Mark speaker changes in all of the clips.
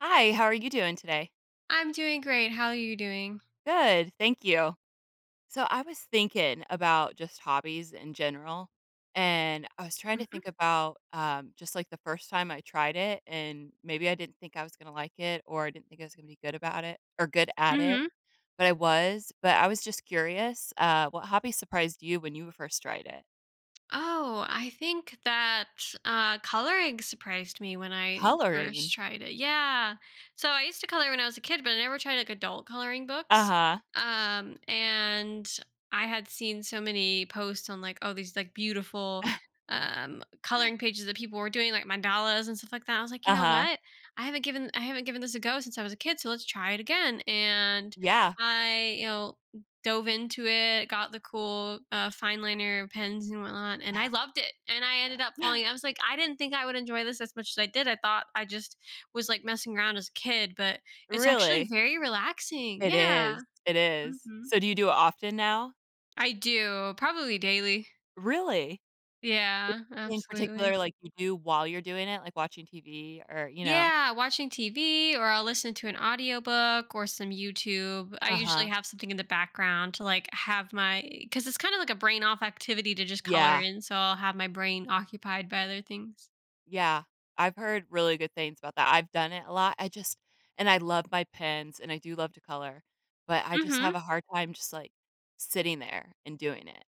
Speaker 1: Hi, how are you doing today?
Speaker 2: I'm doing great. How are you doing?
Speaker 1: Good, thank you. So, I was thinking about just hobbies in general, and I was trying to
Speaker 2: Mhm.
Speaker 1: think about just like the first time I tried it, and maybe I didn't think I was going to like it, or I didn't think I was going to be good about it or good at it,
Speaker 2: Mhm.
Speaker 1: but I was. But I was just curious, what hobby surprised you when you first tried it?
Speaker 2: Oh, I think that, coloring surprised me when I
Speaker 1: Coloring.
Speaker 2: first tried it. Yeah. So I used to color when I was a kid, but I never tried, like, adult coloring
Speaker 1: Uh
Speaker 2: books.
Speaker 1: huh.
Speaker 2: And I had seen so many posts on, like, oh, these, like, beautiful, um, coloring pages that people were doing, like mandalas and stuff like that. I was like, "You
Speaker 1: Uh
Speaker 2: know
Speaker 1: huh.
Speaker 2: what? I haven't given this a go since I was a kid, so let's try it again." And
Speaker 1: Yeah.
Speaker 2: I, you know dove into it, got the cool fine liner pens and whatnot, and I loved it. And I ended up falling. I was like, I didn't think I would enjoy this as much as I did. I thought I just was like messing around as a kid, but it's actually
Speaker 1: Really?
Speaker 2: very relaxing.
Speaker 1: It
Speaker 2: Yeah.
Speaker 1: is. It is.
Speaker 2: hmm
Speaker 1: So, do you do it often now?
Speaker 2: I do probably daily.
Speaker 1: Really? Is there
Speaker 2: Yeah,
Speaker 1: anything in particular,
Speaker 2: absolutely.
Speaker 1: like, you do while you're doing it, like watching TV or,
Speaker 2: Yeah, watching TV or I'll listen to an audiobook or some YouTube. I usually
Speaker 1: uh-huh.
Speaker 2: have something in the background to like have my because it's kind of like a brain off activity to just color
Speaker 1: Yeah,
Speaker 2: in, so I'll have my brain occupied by other things.
Speaker 1: yeah. I've heard really good things about that. I've done it a lot. I just and I love my pens and I do love to color, but I just
Speaker 2: Mhm.
Speaker 1: have a hard time just, like, sitting there and doing it,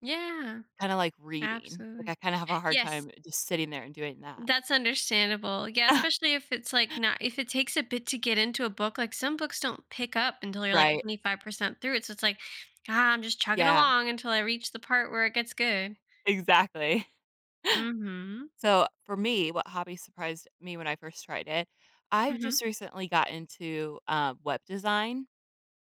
Speaker 2: Yeah,
Speaker 1: kinda like reading. Like,
Speaker 2: absolutely.
Speaker 1: I kinda have a hard
Speaker 2: Yes,
Speaker 1: time just sitting there and doing that.
Speaker 2: that's understandable. Yeah, especially if it's like not if it takes a bit to get into a book, like some books don't pick up until you're like
Speaker 1: Right.
Speaker 2: 25% through it. So it's like, ah, I'm just chugging
Speaker 1: Yeah,
Speaker 2: along until I reach the part where it gets good.
Speaker 1: exactly.
Speaker 2: Mhm.
Speaker 1: So, for me, what hobby surprised me when I first tried it, I've
Speaker 2: Mhm.
Speaker 1: just recently got into, web design.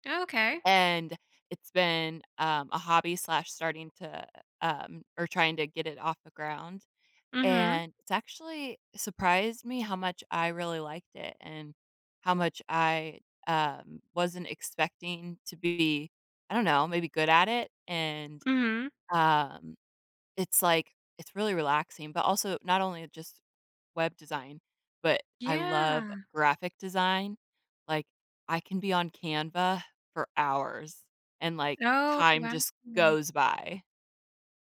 Speaker 2: Okay.
Speaker 1: And it's been, a hobby slash starting to, or trying to get it off the ground,
Speaker 2: Mhm.
Speaker 1: and it's actually surprised me how much I really liked it and how much I, wasn't expecting to be, I don't know, maybe good at it, and,
Speaker 2: Mhm.
Speaker 1: um, it's like it's really relaxing, but also not only just web design, but I love
Speaker 2: Yeah.
Speaker 1: graphic design. Like, I can be on Canva for hours and, like,
Speaker 2: Oh,
Speaker 1: time
Speaker 2: wow.
Speaker 1: just goes by.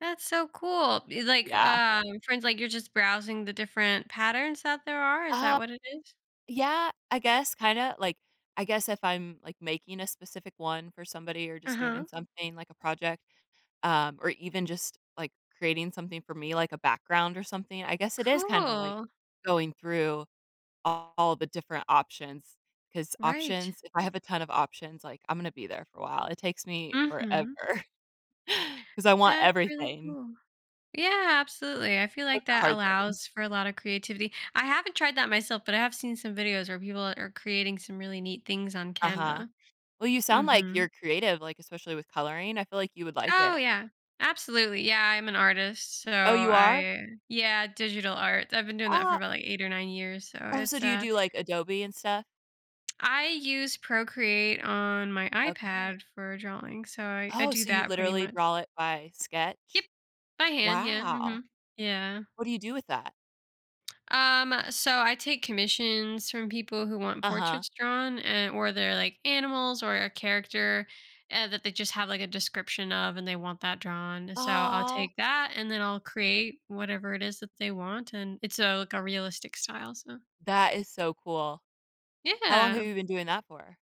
Speaker 2: That's so cool. Like,
Speaker 1: Yeah.
Speaker 2: friends, like you're just browsing the different patterns that there are. Is that
Speaker 1: Uh,
Speaker 2: what it is?
Speaker 1: yeah, I guess kinda, like, I guess if I'm, like, making a specific one for somebody or
Speaker 2: Uh
Speaker 1: just doing
Speaker 2: huh.
Speaker 1: something like a project, or even just, like, creating something for me, like a background or something, I guess it is kind of like
Speaker 2: Cool.
Speaker 1: going through all the different options, because
Speaker 2: Right.
Speaker 1: options if I have a ton of options, like, I'm gonna be there for a while. It takes me forever.
Speaker 2: Mhm.
Speaker 1: Because I want
Speaker 2: That's really
Speaker 1: everything.
Speaker 2: cool. Yeah, absolutely. I feel
Speaker 1: That's
Speaker 2: like
Speaker 1: the
Speaker 2: that
Speaker 1: hard thing.
Speaker 2: allows for a lot of creativity. I haven't tried that myself, but I have seen some videos where people are creating some really neat things on
Speaker 1: Uh-huh.
Speaker 2: Canva.
Speaker 1: Well, you sound like
Speaker 2: Mhm.
Speaker 1: you're creative, like, especially with coloring. I feel like you would like
Speaker 2: Oh,
Speaker 1: it.
Speaker 2: yeah. Absolutely. Yeah, I'm an artist, so
Speaker 1: Oh, you are?
Speaker 2: I yeah, digital art. I've been doing that for
Speaker 1: Ah.
Speaker 2: about, like, 8 or 9 years, so
Speaker 1: Oh, so
Speaker 2: it's,
Speaker 1: do you do, like, Adobe and stuff?
Speaker 2: I use Procreate on my
Speaker 1: Okay.
Speaker 2: iPad for drawing, so I
Speaker 1: Oh,
Speaker 2: do
Speaker 1: so you
Speaker 2: that pretty
Speaker 1: literally
Speaker 2: much.
Speaker 1: draw it by
Speaker 2: Yep.
Speaker 1: sketch?
Speaker 2: By hand, yeah,
Speaker 1: Wow.
Speaker 2: mhm. Yeah.
Speaker 1: What do you do with that?
Speaker 2: So I take commissions from people who want
Speaker 1: Uh-huh.
Speaker 2: portraits drawn, and or they're like animals or a character that they just have like a description of, and they want that drawn. So I'll
Speaker 1: Oh,
Speaker 2: take that, and then I'll create whatever it is that they want, and it's a like a realistic style. So
Speaker 1: that is so cool. How long have
Speaker 2: yeah,
Speaker 1: you been doing that for?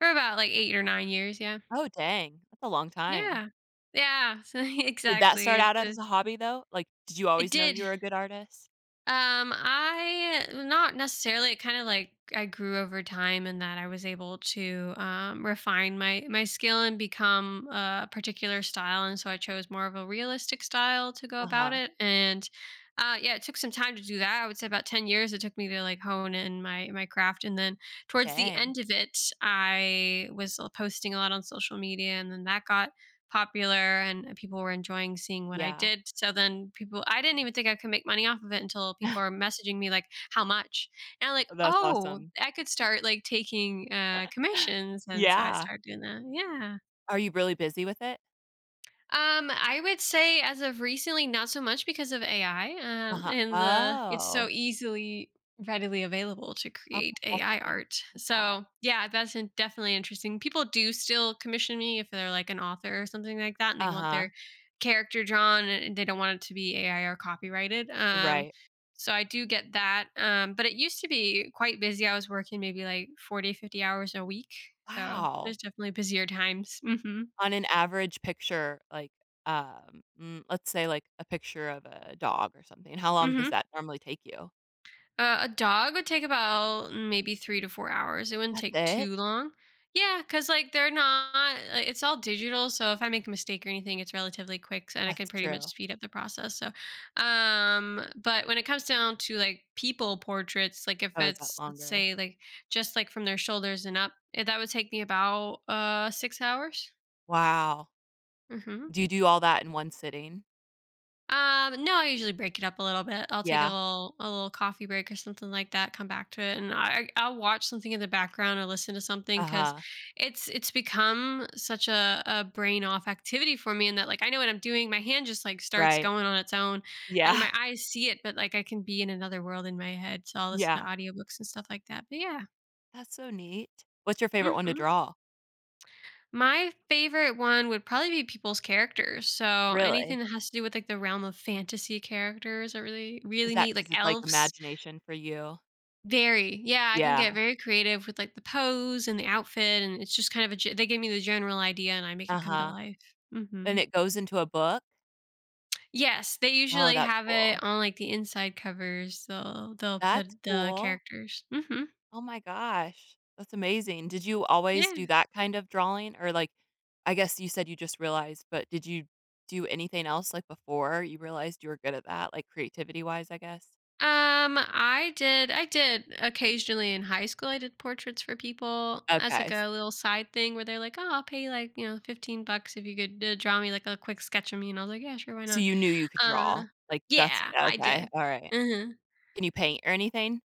Speaker 2: for about like 8 or 9 years. Yeah,
Speaker 1: Oh, dang. That's a long time.
Speaker 2: yeah, yeah. So
Speaker 1: Did that
Speaker 2: exactly.
Speaker 1: start out as a hobby, though? Like, did you
Speaker 2: It
Speaker 1: always know
Speaker 2: did.
Speaker 1: you were a good artist?
Speaker 2: I not necessarily. It kind of like I grew over time, and that I was able to refine my skill and become a particular style, and so I chose more of a realistic style to go about
Speaker 1: Uh-huh.
Speaker 2: it. And yeah, it took some time to do that. I would say about 10 years it took me to like hone in my craft, and then towards the
Speaker 1: Dang.
Speaker 2: end of it, I was posting a lot on social media, and then that got popular and people were enjoying seeing what I
Speaker 1: Yeah.
Speaker 2: did. So then people I didn't even think I could make money off of it until people are messaging me like, "How much?" And I'm like,
Speaker 1: That's
Speaker 2: "Oh,
Speaker 1: awesome.
Speaker 2: I could start like taking commissions." And so I
Speaker 1: Yeah.
Speaker 2: started doing that. Yeah.
Speaker 1: Are you really busy with it?
Speaker 2: I would say as of recently, not so much because of AI,
Speaker 1: Uh-huh.
Speaker 2: and the it's
Speaker 1: Oh.
Speaker 2: so easily readily available to
Speaker 1: Oh my
Speaker 2: create
Speaker 1: gosh, I
Speaker 2: AI
Speaker 1: didn't even
Speaker 2: art.
Speaker 1: think of that.
Speaker 2: So yeah, definitely interesting. People do still commission me if they're like an author or something like that, and they want
Speaker 1: Uh-huh.
Speaker 2: their character drawn and they don't want it to be AI or copyrighted.
Speaker 1: Right.
Speaker 2: So I do get that. But it used to be quite busy. I was working maybe like 40, 50 hours a week. So
Speaker 1: Wow.
Speaker 2: there's definitely busier times. Mm-hmm.
Speaker 1: On an average picture, like, let's say, like, a picture of a dog or something, how long does
Speaker 2: Mm-hmm.
Speaker 1: that normally take you?
Speaker 2: A dog would take about maybe 3 to 4 hours. It wouldn't
Speaker 1: That's
Speaker 2: take
Speaker 1: it?
Speaker 2: too long. Yeah, because like they're not, like, it's all digital. So if I make a mistake or anything, it's relatively quick so, and I can
Speaker 1: That's
Speaker 2: pretty much
Speaker 1: true.
Speaker 2: speed up the process. So, but when it comes down to like people portraits, like if
Speaker 1: Oh, is that
Speaker 2: it's, let's
Speaker 1: longer?
Speaker 2: say, like just like from their shoulders and up, eh, that would take me about 6 hours.
Speaker 1: Wow.
Speaker 2: hmm
Speaker 1: Do you do all that in one sitting?
Speaker 2: No, I usually break it up a little bit. I'll take
Speaker 1: Yeah.
Speaker 2: a little coffee break or something like that, come back to it and I'll watch something in the background or listen to something cuz
Speaker 1: Uh-huh.
Speaker 2: it's become such a brain off activity for me in that like I know what I'm doing, my hand just like starts
Speaker 1: Right.
Speaker 2: going on its own and
Speaker 1: Yeah.
Speaker 2: my eyes see it but like I can be in another world in my head. So I'll listen
Speaker 1: Yeah.
Speaker 2: to audiobooks and stuff like that. But yeah.
Speaker 1: That's so neat. What's your favorite one to
Speaker 2: Mhm.
Speaker 1: draw?
Speaker 2: My favorite one would probably be people's characters. So anything
Speaker 1: Really?
Speaker 2: that has to do with like the realm of fantasy characters are really
Speaker 1: Is
Speaker 2: really
Speaker 1: that
Speaker 2: neat. Like
Speaker 1: because it's, like,
Speaker 2: elves.
Speaker 1: imagination for you?
Speaker 2: Very. Yeah, I can
Speaker 1: Yeah.
Speaker 2: get very creative with like the pose and the outfit and it's just kind of they give me the general idea and I make it come to
Speaker 1: Uh-huh.
Speaker 2: life.
Speaker 1: And
Speaker 2: hmm
Speaker 1: it goes into a book?
Speaker 2: Yes, they
Speaker 1: Oh,
Speaker 2: usually
Speaker 1: that's
Speaker 2: have
Speaker 1: cool.
Speaker 2: it on like the inside covers. They'll
Speaker 1: That's
Speaker 2: put the
Speaker 1: cool.
Speaker 2: characters.
Speaker 1: Oh my gosh. That's amazing. Did you always do
Speaker 2: Yeah.
Speaker 1: that kind of drawing? Or, like, I guess you said you just realized, but did you do anything else, like, before you realized you were good at that, like, creativity-wise, I guess?
Speaker 2: I did. I did occasionally in high school. I did portraits for people as like
Speaker 1: Okay.
Speaker 2: a little side thing where they're like, "Oh, I'll pay you like you know $15 if you could draw me like a quick sketch of me." And I was like, "Yeah, sure, why
Speaker 1: So
Speaker 2: not?"
Speaker 1: you knew you could
Speaker 2: Uh,
Speaker 1: draw? Like, that's
Speaker 2: yeah, I
Speaker 1: okay,
Speaker 2: did.
Speaker 1: alright.
Speaker 2: hmm
Speaker 1: Can you paint or anything?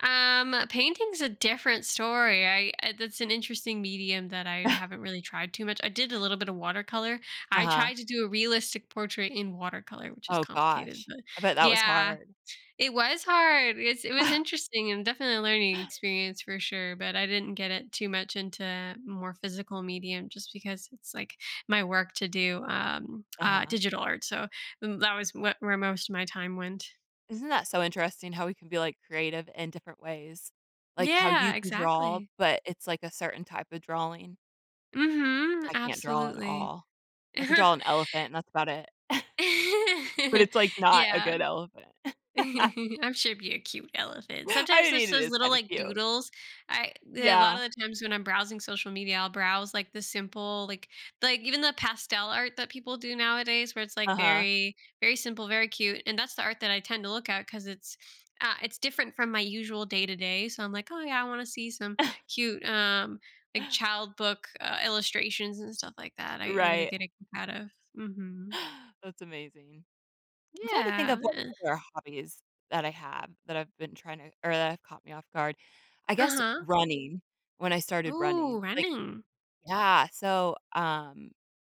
Speaker 2: Painting's a different story. That's an interesting medium that I haven't really tried too much. I did a little bit of watercolor. I
Speaker 1: Uh-huh.
Speaker 2: tried to do a realistic portrait in watercolor, which is
Speaker 1: Oh
Speaker 2: complicated,
Speaker 1: gosh,
Speaker 2: but
Speaker 1: I bet that was
Speaker 2: yeah,
Speaker 1: hard.
Speaker 2: it was hard. It was interesting and definitely a learning experience for sure, but I didn't get it too much into more physical medium just because it's like my work to do
Speaker 1: Uh-huh.
Speaker 2: digital art. So that was what, where most of my time went.
Speaker 1: Isn't that so interesting how we can be, like, creative in different ways? Like, how you
Speaker 2: Yeah,
Speaker 1: can draw,
Speaker 2: exactly.
Speaker 1: but it's, like, a certain type of drawing.
Speaker 2: Mhm,
Speaker 1: I can't draw at
Speaker 2: absolutely.
Speaker 1: all. I can draw an elephant and that's about it, but it's, like, not a
Speaker 2: yeah.
Speaker 1: good elephant.
Speaker 2: I'm sure it'd be a cute elephant.
Speaker 1: I
Speaker 2: Sometimes there's
Speaker 1: mean, it
Speaker 2: those
Speaker 1: is
Speaker 2: little
Speaker 1: kinda
Speaker 2: like
Speaker 1: cute.
Speaker 2: doodles. I a lot
Speaker 1: Yeah.
Speaker 2: of the times when I'm browsing social media, I'll browse like the simple, like even the pastel art that people do nowadays, where it's like
Speaker 1: Uh-huh.
Speaker 2: very very simple, very cute, and that's the art that I tend to look at because it's different from my usual day to day. So I'm like, oh yeah, I want to see some cute like child book illustrations and stuff like that. I really
Speaker 1: Right.
Speaker 2: get a kick out of. hmm
Speaker 1: That's amazing. I'm trying to think of
Speaker 2: Yeah.
Speaker 1: what other hobbies that I have that I've been trying to or that have caught me off guard. I
Speaker 2: Uh
Speaker 1: guess
Speaker 2: huh.
Speaker 1: running, when I started
Speaker 2: Ooh,
Speaker 1: running. Like,
Speaker 2: running.
Speaker 1: yeah, so,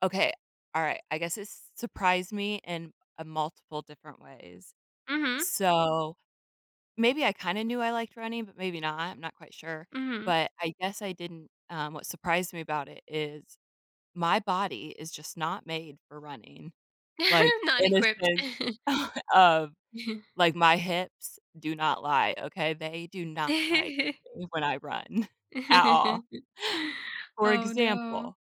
Speaker 1: okay, all right, I guess it surprised me in, multiple different ways.
Speaker 2: Mhm,
Speaker 1: So, maybe I kinda knew I liked running, but maybe not, I'm not quite sure,
Speaker 2: mhm.
Speaker 1: but I guess I didn't what surprised me about it is my body is just not made for running, like,
Speaker 2: Not
Speaker 1: in a
Speaker 2: equipped.
Speaker 1: sense of like, my hips do not lie, okay? They do not like me when I run at all. For
Speaker 2: Oh, no.
Speaker 1: example,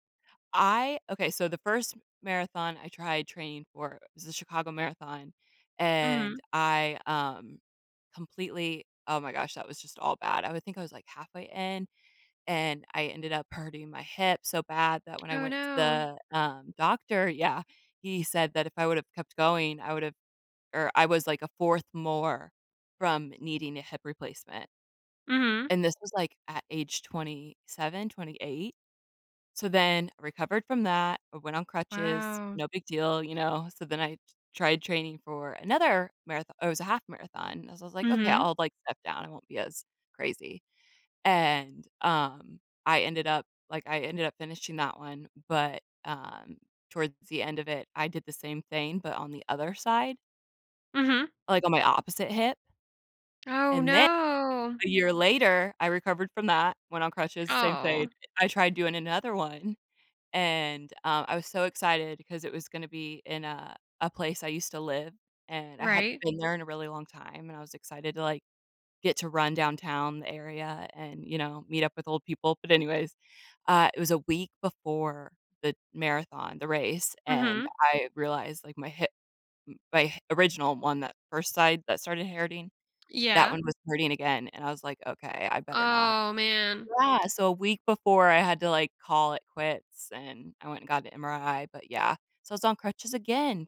Speaker 1: I okay, so the first marathon I tried training for was the Chicago Marathon, and
Speaker 2: Mhm.
Speaker 1: I, completely oh my gosh, that was just all bad. I would think I was, like, halfway in, and I ended up hurting my hip so bad that when I
Speaker 2: Oh,
Speaker 1: went to
Speaker 2: no.
Speaker 1: the, doctor yeah, he said that if I would have kept going, I would have or I was like a fourth more from needing a hip replacement,
Speaker 2: Mhm.
Speaker 1: and this was like at age 27, 28. So then I recovered from that, I went on crutches,
Speaker 2: Wow.
Speaker 1: no big deal, you know, so then I tried training for another marathon it was a half marathon, as I was like, "Okay,
Speaker 2: Mhm,
Speaker 1: I'll like step down, I won't be as crazy," and, I ended up like, I ended up finishing that one, but, towards the end of it, I did the same thing, but on the other side,
Speaker 2: mhm.
Speaker 1: like on my opposite hip,
Speaker 2: Oh,
Speaker 1: and a
Speaker 2: no.
Speaker 1: year later, I recovered from that, went on crutches, same thing.
Speaker 2: Oh,
Speaker 1: I tried doing another one, and, I was so excited because it was gonna be in a place I used to live, and I hadn't
Speaker 2: right.
Speaker 1: been there in a really long time, and I was excited to, like, get to run downtown the area and, you know, meet up with old people, but anyways, it was a week before the marathon, the race, and
Speaker 2: Mhm.
Speaker 1: I realized, like, my hip my h original one, that first side that started hurting, that
Speaker 2: Yeah.
Speaker 1: one was hurting again, and I was like, "Okay, I better not."
Speaker 2: Oh, man.
Speaker 1: Yeah, so a week before I had to, like, call it quits, and I went and got an MRI, but yeah. So I was on crutches again,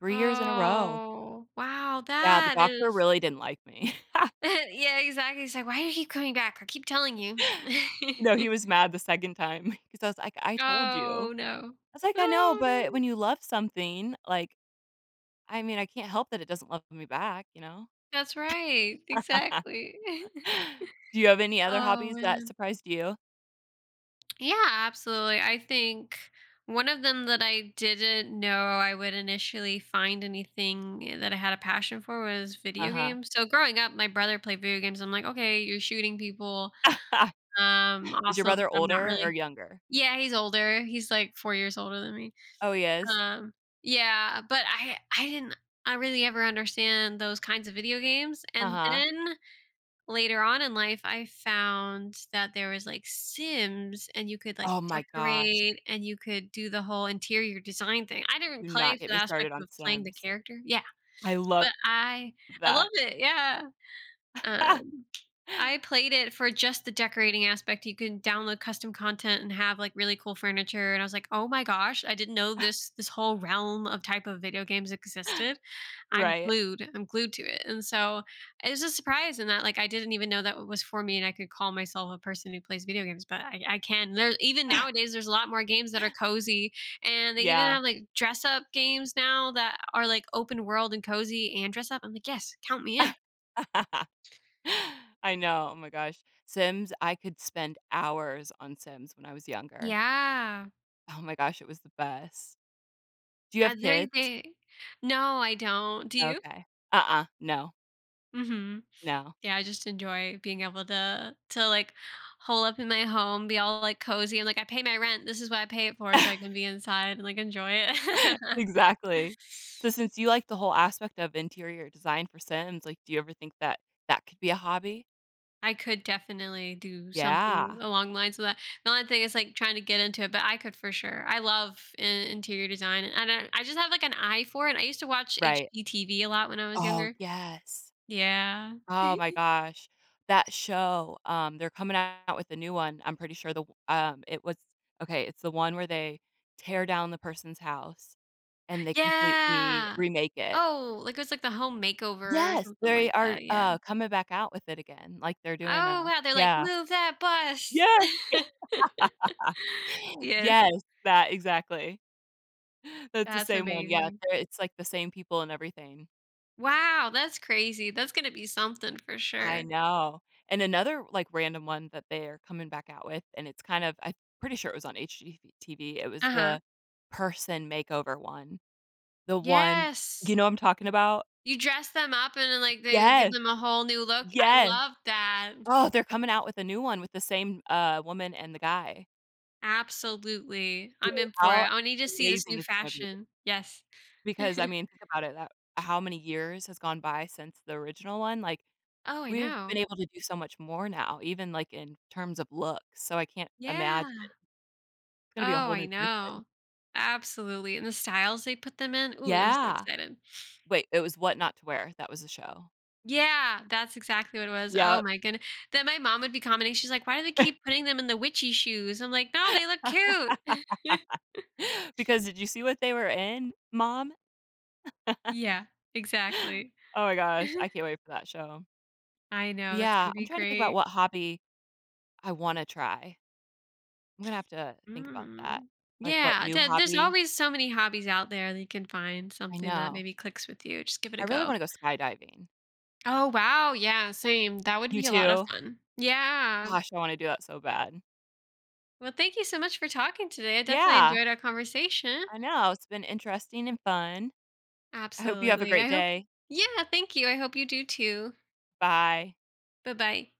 Speaker 1: 3 years in a row.
Speaker 2: Oh, wow,
Speaker 1: Yeah, the
Speaker 2: that
Speaker 1: doctor
Speaker 2: is
Speaker 1: really didn't like me.
Speaker 2: Yeah, exactly. It's like, "Why do you keep coming back? I keep telling you."
Speaker 1: You know, he was mad the second time because I was like, "I told you."
Speaker 2: Oh, no.
Speaker 1: I was like, "I know,
Speaker 2: Oh,
Speaker 1: but
Speaker 2: no.
Speaker 1: when you love something, like, I mean, I can't help that it doesn't love me back, you know?"
Speaker 2: That's right. Exactly.
Speaker 1: Do you have any other
Speaker 2: Oh
Speaker 1: hobbies that
Speaker 2: man.
Speaker 1: surprised you?
Speaker 2: Yeah, absolutely. I think one of them that I didn't know I would initially find anything that I had a passion for was video
Speaker 1: Uh-huh.
Speaker 2: games. So growing up, my brother played video games. I'm like, okay, you're shooting people.
Speaker 1: Is your
Speaker 2: Awesome.
Speaker 1: brother
Speaker 2: I'm not
Speaker 1: older or
Speaker 2: really.
Speaker 1: younger?
Speaker 2: Yeah, he's older. He's like 4 years older than me.
Speaker 1: Oh, he is?
Speaker 2: Um, yeah, but I didn't I really ever understand those kinds of video games. And
Speaker 1: Uh-huh.
Speaker 2: then later on in life, I found that there was like Sims and you could like
Speaker 1: Oh my gosh.
Speaker 2: decorate and you could do the whole interior design thing. I didn't
Speaker 1: Do
Speaker 2: play
Speaker 1: not
Speaker 2: for
Speaker 1: get
Speaker 2: the
Speaker 1: me started
Speaker 2: aspect
Speaker 1: on
Speaker 2: of playing the
Speaker 1: Sims.
Speaker 2: character. Yeah.
Speaker 1: I love
Speaker 2: But I love
Speaker 1: that.
Speaker 2: it. Yeah. Um I played it for just the decorating aspect. You can download custom content and have like really cool furniture. And I was like, oh my gosh, I didn't know this whole realm of type of video games existed. I'm
Speaker 1: Right.
Speaker 2: glued. I'm glued to it. And so it was a surprise in that like I didn't even know that it was for me and I could call myself a person who plays video games, but I can. There even nowadays there's a lot more games that are cozy and they even
Speaker 1: Yeah.
Speaker 2: have like dress up games now that are like open world and cozy and dress up. I'm like, yes, count me in.
Speaker 1: I know, oh my gosh. Sims, I could spend hours on Sims when I was younger.
Speaker 2: Yeah.
Speaker 1: Oh my gosh, it was the best. Do you have
Speaker 2: There
Speaker 1: kids?
Speaker 2: they No, I don't. Do you?
Speaker 1: Okay. Uh-uh, no,
Speaker 2: Mhm.
Speaker 1: no.
Speaker 2: Yeah, I just enjoy being able to like, hole up in my home, be all, like, cozy, and, like, I pay my rent, this is what I pay it for, so I can be inside and, like, enjoy it.
Speaker 1: Exactly. So since you like the whole aspect of interior design for Sims, like, do you ever think that that could be a hobby?
Speaker 2: I could definitely do something
Speaker 1: Yeah,
Speaker 2: along the lines of that. The only thing is, like, trying to get into it, but I could for sure. I love in interior design, and I don't I just have, like, an eye for it. I used to watch
Speaker 1: right.
Speaker 2: HGTV a lot when I was
Speaker 1: Oh,
Speaker 2: younger.
Speaker 1: yes.
Speaker 2: Yeah.
Speaker 1: Oh my gosh. That show, they're coming out with a new one. I'm pretty sure the it was okay, it's the one where they tear down the person's house and they completely
Speaker 2: Yeah.
Speaker 1: remake it.
Speaker 2: Oh, like, it was, like, the home makeover or
Speaker 1: Yes,
Speaker 2: something
Speaker 1: they
Speaker 2: like
Speaker 1: are
Speaker 2: that, yeah.
Speaker 1: coming back out with it again. Like they're doing
Speaker 2: Oh,
Speaker 1: a
Speaker 2: wow, they're like,
Speaker 1: yeah.
Speaker 2: "Move that bus."
Speaker 1: Yes.
Speaker 2: Yes,
Speaker 1: Yes, that exactly. That's the
Speaker 2: that's
Speaker 1: same one. Yeah,
Speaker 2: amazing.
Speaker 1: they're- it's like the same people and everything.
Speaker 2: Wow, that's crazy, that's gonna be something for
Speaker 1: I
Speaker 2: sure.
Speaker 1: know. And another, like, random one that they are coming back out with, and it's kind of I'm pretty sure it was on HGTV, it was
Speaker 2: Uh-huh.
Speaker 1: the person makeover one. The one
Speaker 2: Yes.
Speaker 1: you know what I'm talking about?
Speaker 2: You dress them up and then, like, they give
Speaker 1: Yes,
Speaker 2: them a whole new look. I
Speaker 1: yes.
Speaker 2: love that.
Speaker 1: Oh, they're coming out with a new one with the same, woman and the guy.
Speaker 2: Absolutely.
Speaker 1: Dude,
Speaker 2: I'm in for it.
Speaker 1: how
Speaker 2: I need to see this
Speaker 1: amazing
Speaker 2: new
Speaker 1: is it gonna be?
Speaker 2: fashion. Yes.
Speaker 1: Because, I mean, think about it, that how many years has gone by since the original one? Like,
Speaker 2: Oh, I
Speaker 1: we've been
Speaker 2: know.
Speaker 1: able to do so much more now, even, like, in terms of looks, so I can't imagine
Speaker 2: Yeah.
Speaker 1: gonna be a
Speaker 2: Oh,
Speaker 1: whole
Speaker 2: I
Speaker 1: new person.
Speaker 2: know. Absolutely, and the styles they put them in, ooh, I'm so
Speaker 1: Yeah.
Speaker 2: excited.
Speaker 1: Wait, it was What Not to Wear, that was the show.
Speaker 2: Yeah, that's exactly what it was. Oh
Speaker 1: Yep.
Speaker 2: my goodness! Then my mom would be commenting, she's like, "Why do they keep putting them in the witchy shoes?" I'm like, "No, they look cute."
Speaker 1: Because did you see what they were in, Mom?
Speaker 2: Yeah, exactly.
Speaker 1: Oh my gosh, I can't wait for that show.
Speaker 2: I know, that's
Speaker 1: Yeah,
Speaker 2: gonna
Speaker 1: I'm
Speaker 2: be
Speaker 1: trying to think about
Speaker 2: great.
Speaker 1: what hobby I wanna try. I'm gonna have to think about that.
Speaker 2: Mm.
Speaker 1: Like, what
Speaker 2: Yeah,
Speaker 1: new
Speaker 2: the there's
Speaker 1: hobby?
Speaker 2: always so many hobbies out there that you can find
Speaker 1: I
Speaker 2: something that
Speaker 1: know.
Speaker 2: maybe clicks with you, just give it a
Speaker 1: I really
Speaker 2: go.
Speaker 1: wanna go skydiving.
Speaker 2: Oh, wow, yeah, same, that would
Speaker 1: You
Speaker 2: be a lot of
Speaker 1: too?
Speaker 2: fun. Yeah.
Speaker 1: Gosh, I wanna do that so bad.
Speaker 2: Well, thank you so much for talking today. I definitely
Speaker 1: Yeah,
Speaker 2: enjoyed our conversation.
Speaker 1: I know, it's been interesting and fun. I hope you have a
Speaker 2: Absolutely.
Speaker 1: great
Speaker 2: I hope,
Speaker 1: day.
Speaker 2: yeah, thank you. I hope you do too.
Speaker 1: Bye.
Speaker 2: Bye bye.